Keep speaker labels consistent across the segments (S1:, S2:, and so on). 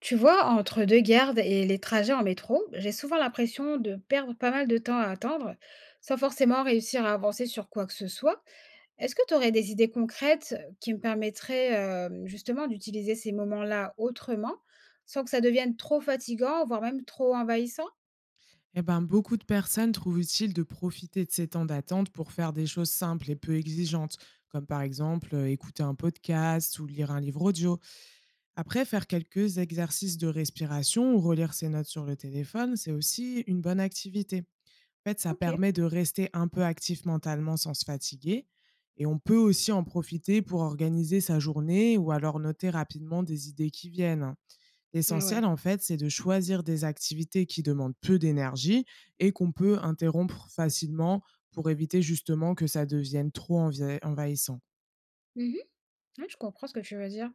S1: Tu vois, entre deux gardes et les trajets en métro, j'ai souvent l'impression de perdre pas mal de temps à attendre, sans forcément réussir à avancer sur quoi que ce soit. Est-ce que tu aurais des idées concrètes qui me permettraient justement d'utiliser ces moments-là autrement, sans que ça devienne trop fatigant, voire même trop envahissant?
S2: Eh ben, beaucoup de personnes trouvent utile de profiter de ces temps d'attente pour faire des choses simples et peu exigeantes, comme par exemple écouter un podcast ou lire un livre audio. Après, faire quelques exercices de respiration ou relire ses notes sur le téléphone, c'est aussi une bonne activité. En fait, ça
S1: Ok.
S2: permet de rester un peu actif mentalement sans se fatiguer. Et on peut aussi en profiter pour organiser sa journée ou alors noter rapidement des idées qui viennent.
S1: Ah
S2: L'essentiel,
S1: ouais.
S2: en fait, c'est de choisir des activités qui demandent peu d'énergie et qu'on peut interrompre facilement pour éviter justement que ça devienne envahissant.
S1: Ouais, je comprends ce que tu veux dire.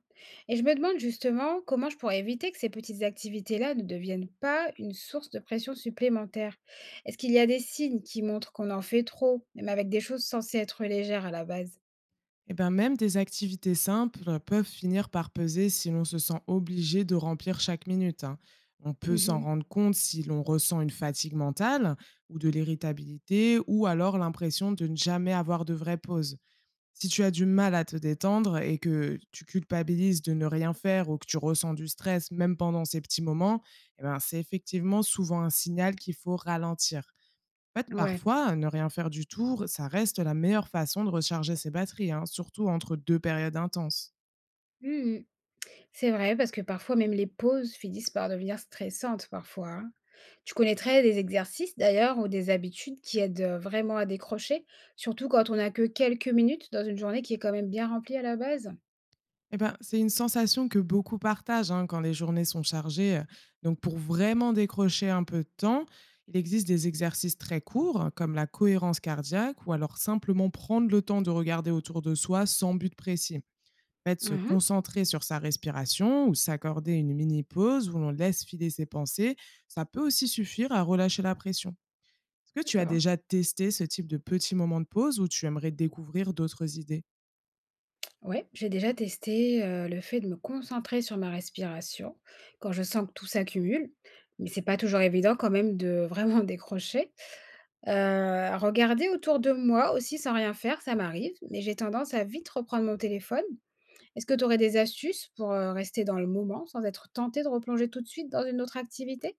S1: Et je me demande justement comment je pourrais éviter que ces petites activités-là ne deviennent pas une source de pression supplémentaire. Est-ce qu'il y a des signes qui montrent qu'on en fait trop, même avec des choses censées être légères à la base?
S2: Et ben même des activités simples peuvent finir par peser si l'on se sent obligé de remplir chaque minute, hein. On peut s'en
S1: Mhm.
S2: rendre compte si l'on ressent une fatigue mentale ou de l'irritabilité ou alors l'impression de ne jamais avoir de vraie pause. Si tu as du mal à te détendre et que tu culpabilises de ne rien faire ou que tu ressens du stress même pendant ces petits moments, eh ben, c'est effectivement souvent un signal qu'il faut ralentir. En fait,
S1: Ouais.
S2: parfois, ne rien faire du tout, ça reste la meilleure façon de recharger ses batteries, hein, surtout entre deux périodes intenses.
S1: Mhm. C'est vrai, parce que parfois même les pauses finissent par devenir stressantes parfois, hein. Tu connaîtrais des exercices d'ailleurs ou des habitudes qui aident vraiment à décrocher, surtout quand on n'a que quelques minutes dans une journée qui est quand même bien remplie à la base.
S2: Eh ben, c'est une sensation que beaucoup partagent hein, quand les journées sont chargées. Donc, pour vraiment décrocher un peu de temps, il existe des exercices très courts, comme la cohérence cardiaque, ou alors simplement prendre le temps de regarder autour de soi sans but précis. En fait, se
S1: Mhm.
S2: concentrer sur sa respiration ou s'accorder une mini pause où l'on laisse filer ses pensées, ça peut aussi suffire à relâcher la pression. Est-ce que tu as
S1: D'accord.
S2: déjà testé ce type de petits moments de pause ou tu aimerais découvrir d'autres idées?
S1: Ouais, j'ai déjà testé, le fait de me concentrer sur ma respiration quand je sens que tout s'accumule, mais c'est pas toujours évident quand même de vraiment décrocher. Regarder autour de moi aussi sans rien faire, ça m'arrive, mais j'ai tendance à vite reprendre mon téléphone. Est-ce que tu aurais des astuces pour, rester dans le moment sans être tentée de replonger tout de suite dans une autre activité?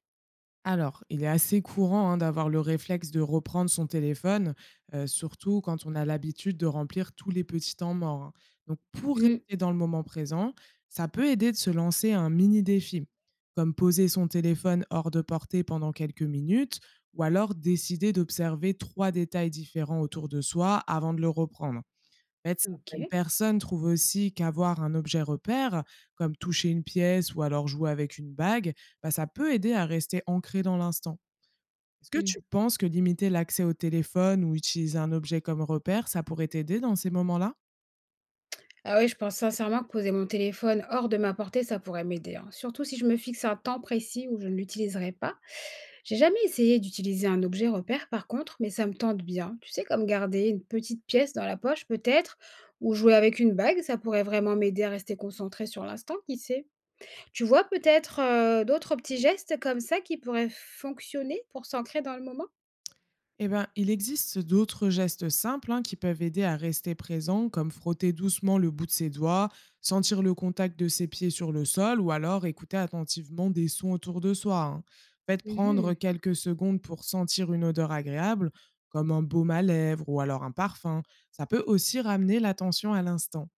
S2: Alors, il est assez courant hein, d'avoir le réflexe de reprendre son téléphone, surtout quand on a l'habitude de remplir tous les petits temps morts, hein. Donc, pour
S1: Mmh.
S2: rester dans le moment présent, ça peut aider de se lancer un mini défi, comme poser son téléphone hors de portée pendant quelques minutes, ou alors décider d'observer trois détails différents autour de soi avant de le reprendre. En fait, certaines
S1: OK.
S2: personnes trouvent aussi qu'avoir un objet repère, comme toucher une pièce ou alors jouer avec une bague, bah, ça peut aider à rester ancré dans l'instant. Est-ce que tu penses que limiter l'accès au téléphone ou utiliser un objet comme repère, ça pourrait t'aider dans ces moments-là?
S1: Ah oui, je pense sincèrement que poser mon téléphone hors de ma portée, ça pourrait m'aider, hein. Surtout si je me fixe un temps précis où je ne l'utiliserai pas. J'ai jamais essayé d'utiliser un objet repère par contre, mais ça me tente bien. Tu sais, comme garder une petite pièce dans la poche peut-être, ou jouer avec une bague, ça pourrait vraiment m'aider à rester concentrée sur l'instant, qui sait. Tu vois peut-être d'autres petits gestes comme ça qui pourraient fonctionner pour s'ancrer dans le moment?
S2: Eh ben, il existe d'autres gestes simples hein, qui peuvent aider à rester présent, comme frotter doucement le bout de ses doigts, sentir le contact de ses pieds sur le sol ou alors écouter attentivement des sons autour de soi, hein. Faites prendre
S1: Mhm.
S2: quelques secondes pour sentir une odeur agréable, comme un baume à lèvres ou alors un parfum. Ça peut aussi ramener l'attention à l'instant.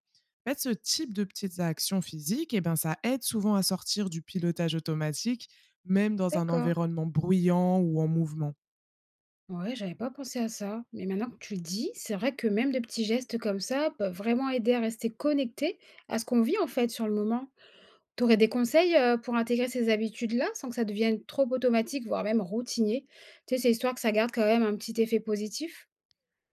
S2: Faites ce type de petites actions physiques, eh ben, ça aide souvent à sortir du pilotage automatique, même dans un
S1: D'accord.
S2: environnement bruyant ou en mouvement.
S1: Ouais, j'avais pas pensé à ça. Mais maintenant que tu le dis, c'est vrai que même des petits gestes comme ça peuvent vraiment aider à rester connecté à ce qu'on vit en fait sur le moment. T'aurais des conseils pour intégrer ces habitudes-là sans que ça devienne trop automatique, voire même routinier. Tu sais, c'est histoire que ça garde quand même un petit effet positif.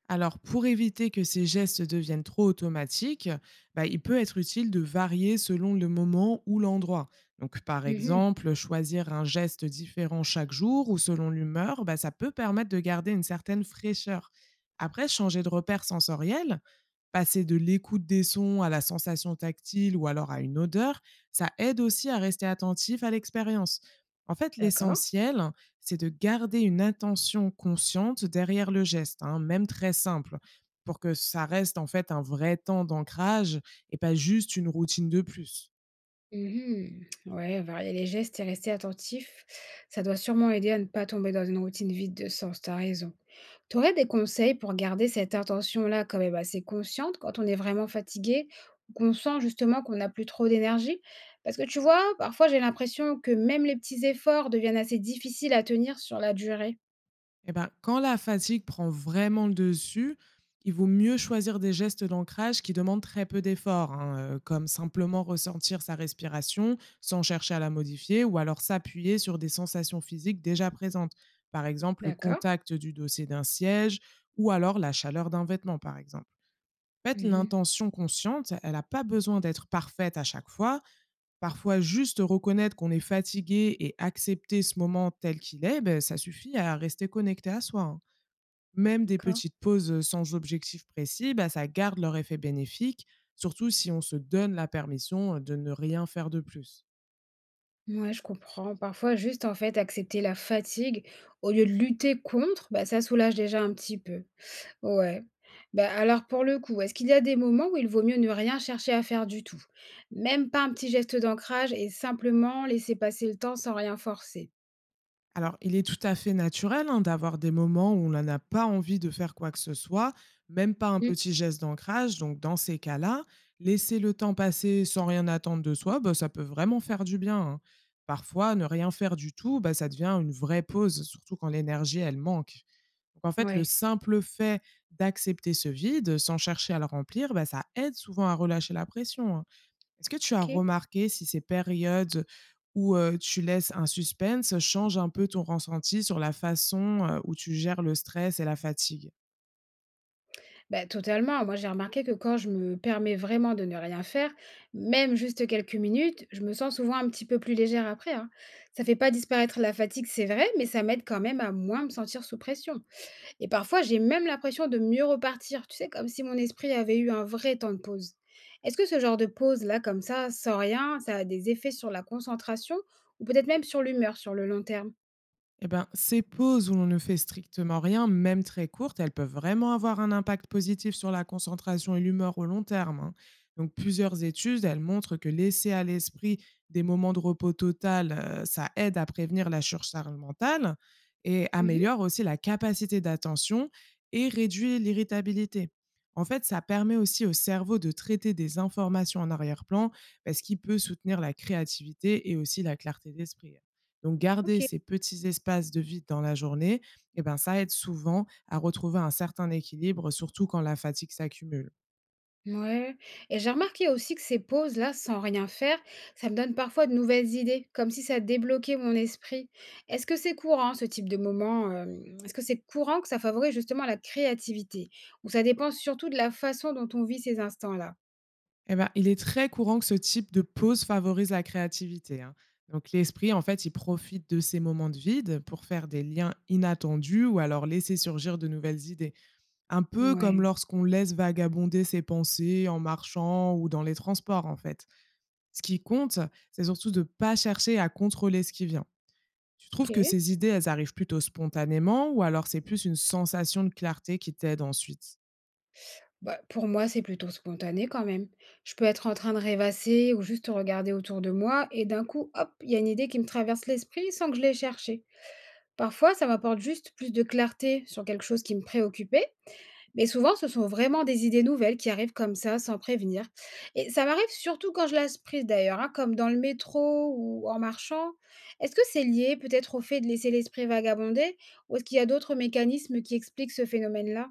S2: Alors, pour éviter que ces gestes deviennent trop automatiques, bah, il peut être utile de varier selon le moment ou l'endroit. Donc, par
S1: Mhm.
S2: exemple, choisir un geste différent chaque jour ou selon l'humeur, bah, ça peut permettre de garder une certaine fraîcheur. Après, changer de repère sensoriel, passer de l'écoute des sons à la sensation tactile ou alors à une odeur, ça aide aussi à rester attentif à l'expérience. En fait,
S1: D'accord.
S2: l'essentiel, c'est de garder une intention consciente derrière le geste, hein, même très simple, pour que ça reste en fait un vrai temps d'ancrage et pas juste une routine de plus.
S1: Mmh. Ouais, varier les gestes et rester attentif, ça doit sûrement aider à ne pas tomber dans une routine vide de sens, tu raison. T'aurais des conseils pour garder cette intention-là quand même assez consciente quand on est vraiment fatigué ou qu'on sent justement qu'on n'a plus trop d'énergie? Parce que tu vois, parfois j'ai l'impression que même les petits efforts deviennent assez difficiles à tenir sur la durée.
S2: Eh ben, quand la fatigue prend vraiment le dessus, il vaut mieux choisir des gestes d'ancrage qui demandent très peu d'efforts, hein, comme simplement ressentir sa respiration sans chercher à la modifier, ou alors s'appuyer sur des sensations physiques déjà présentes, par exemple le
S1: D'accord.
S2: contact du dossier d'un siège, ou alors la chaleur d'un vêtement, par exemple. En fait,
S1: Mmh.
S2: l'intention consciente, elle n'a pas besoin d'être parfaite à chaque fois. Parfois, juste reconnaître qu'on est fatigué et accepter ce moment tel qu'il est, ben, ça suffit à rester connecté à soi, hein. Même des
S1: D'accord.
S2: petites pauses, sans objectif précis, bah, ça garde leur effet bénéfique, surtout si on se donne la permission, de ne rien faire de plus.
S1: Ouais, je comprends. Parfois, juste en fait, accepter la fatigue au lieu de lutter contre, bah, ça soulage déjà un petit peu. Ouais. Bah, alors pour le coup, est-ce qu'il y a des moments où il vaut mieux ne rien chercher à faire du tout? Même pas un petit geste d'ancrage et simplement laisser passer le temps sans rien forcer?
S2: Alors, il est tout à fait naturel hein, d'avoir des moments où on n'a pas envie de faire quoi que ce soit, même pas un
S1: Mm.
S2: petit geste d'ancrage. Donc, dans ces cas-là, laisser le temps passer sans rien attendre de soi, bah, ça peut vraiment faire du bien, hein. Parfois, ne rien faire du tout, bah, ça devient une vraie pause, surtout quand l'énergie, elle manque. Donc, en fait, le
S1: Ouais,
S2: simple fait d'accepter ce vide sans chercher à le remplir, bah, ça aide souvent à relâcher la pression, hein. Est-ce que tu as
S1: ok.
S2: remarqué si ces périodes où, tu laisses un suspense changent un peu ton ressenti sur la façon, où tu gères le stress et la fatigue?
S1: Bah, totalement. Moi, j'ai remarqué que quand je me permets vraiment de ne rien faire, même juste quelques minutes, je me sens souvent un petit peu plus légère après, hein. Ça fait pas disparaître la fatigue, c'est vrai, mais ça m'aide quand même à moins me sentir sous pression. Et parfois, j'ai même l'impression de mieux repartir, tu sais, comme si mon esprit avait eu un vrai temps de pause. Est-ce que ce genre de pause-là, comme ça, sans rien, ça a des effets sur la concentration ou peut-être même sur l'humeur sur le long terme?
S2: Eh ben, ces pauses où l'on ne fait strictement rien, même très courtes, elles peuvent vraiment avoir un impact positif sur la concentration et l'humeur au long terme, hein. Donc, plusieurs études, elles montrent que laisser à l'esprit des moments de repos total, ça aide à prévenir la surcharge mentale et
S1: Mhm.
S2: améliore aussi la capacité d'attention et réduit l'irritabilité. En fait, ça permet aussi au cerveau de traiter des informations en arrière-plan parce qu'il peut soutenir la créativité et aussi la clarté d'esprit, hein. Donc
S1: Ok.
S2: garder ces petits espaces de vide dans la journée, eh ben, ça aide souvent à retrouver un certain équilibre, surtout quand la fatigue s'accumule.
S1: Ouais. Et j'ai remarqué aussi que ces pauses-là, sans rien faire, ça me donne parfois de nouvelles idées, comme si ça débloquait mon esprit. Est-ce que c'est courant, ce type de moment est-ce que c'est courant que ça favorise justement la créativité? Ou ça dépend surtout de la façon dont on vit ces instants-là?
S2: Eh ben, il est très courant que ce type de pause favorise la créativité, hein. Donc l'esprit, en fait, il profite de ces moments de vide pour faire des liens inattendus ou alors laisser surgir de nouvelles idées. Un peu comme
S1: Ouais.
S2: lorsqu'on laisse vagabonder ses pensées en marchant ou dans les transports, en fait. Ce qui compte, c'est surtout de ne pas chercher à contrôler ce qui vient. Tu
S1: Ok.
S2: trouves que ces idées, elles arrivent plutôt spontanément ou alors c'est plus une sensation de clarté qui t'aide ensuite?
S1: Bah, pour moi, c'est plutôt spontané quand même. Je peux être en train de rêvasser ou juste regarder autour de moi et d'un coup, hop, il y a une idée qui me traverse l'esprit sans que je l'aie cherchée. Parfois, ça m'apporte juste plus de clarté sur quelque chose qui me préoccupait mais souvent, ce sont vraiment des idées nouvelles qui arrivent comme ça, sans prévenir. Et ça m'arrive surtout quand je la prise d'ailleurs, hein, comme dans le métro ou en marchant. Est-ce que c'est lié peut-être au fait de laisser l'esprit vagabonder ou est-ce qu'il y a d'autres mécanismes qui expliquent ce phénomène-là?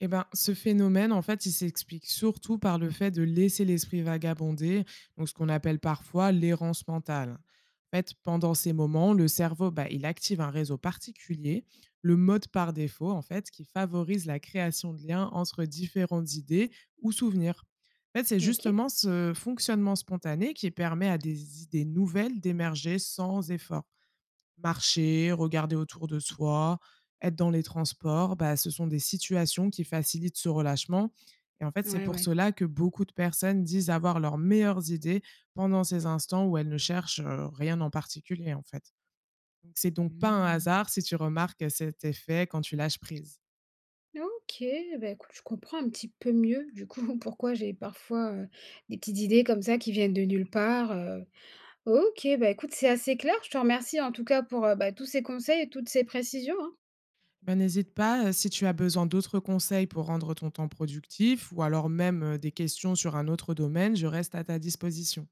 S2: Eh ben, ce phénomène, en fait, il s'explique surtout par le fait de laisser l'esprit vagabonder, donc ce qu'on appelle parfois l'errance mentale. En fait, pendant ces moments, le cerveau, bah, il active un réseau particulier, le mode par défaut, en fait, qui favorise la création de liens entre différentes idées ou souvenirs. En fait, c'est
S1: Ok.
S2: justement ce fonctionnement spontané qui permet à des idées nouvelles d'émerger sans effort. Marcher, regarder autour de soi, être dans les transports, bah, ce sont des situations qui facilitent ce relâchement et en fait, c'est
S1: Ouais,
S2: pour
S1: ouais.
S2: cela que beaucoup de personnes disent avoir leurs meilleures idées pendant ces instants où elles ne cherchent, rien en particulier, en fait. Donc c'est donc pas un
S1: Hmm.
S2: hasard si tu remarques cet effet quand tu lâches prise.
S1: Ok, bah écoute, je comprends un petit peu mieux du coup pourquoi j'ai parfois des petites idées comme ça qui viennent de nulle part. OK, bah, écoute, c'est assez clair. Je te remercie en tout cas pour, bah, tous ces conseils et toutes ces précisions, hein.
S2: Eh ben, n'hésite pas, si tu as besoin d'autres conseils pour rendre ton temps productif ou alors même, des questions sur un autre domaine, je reste à ta disposition.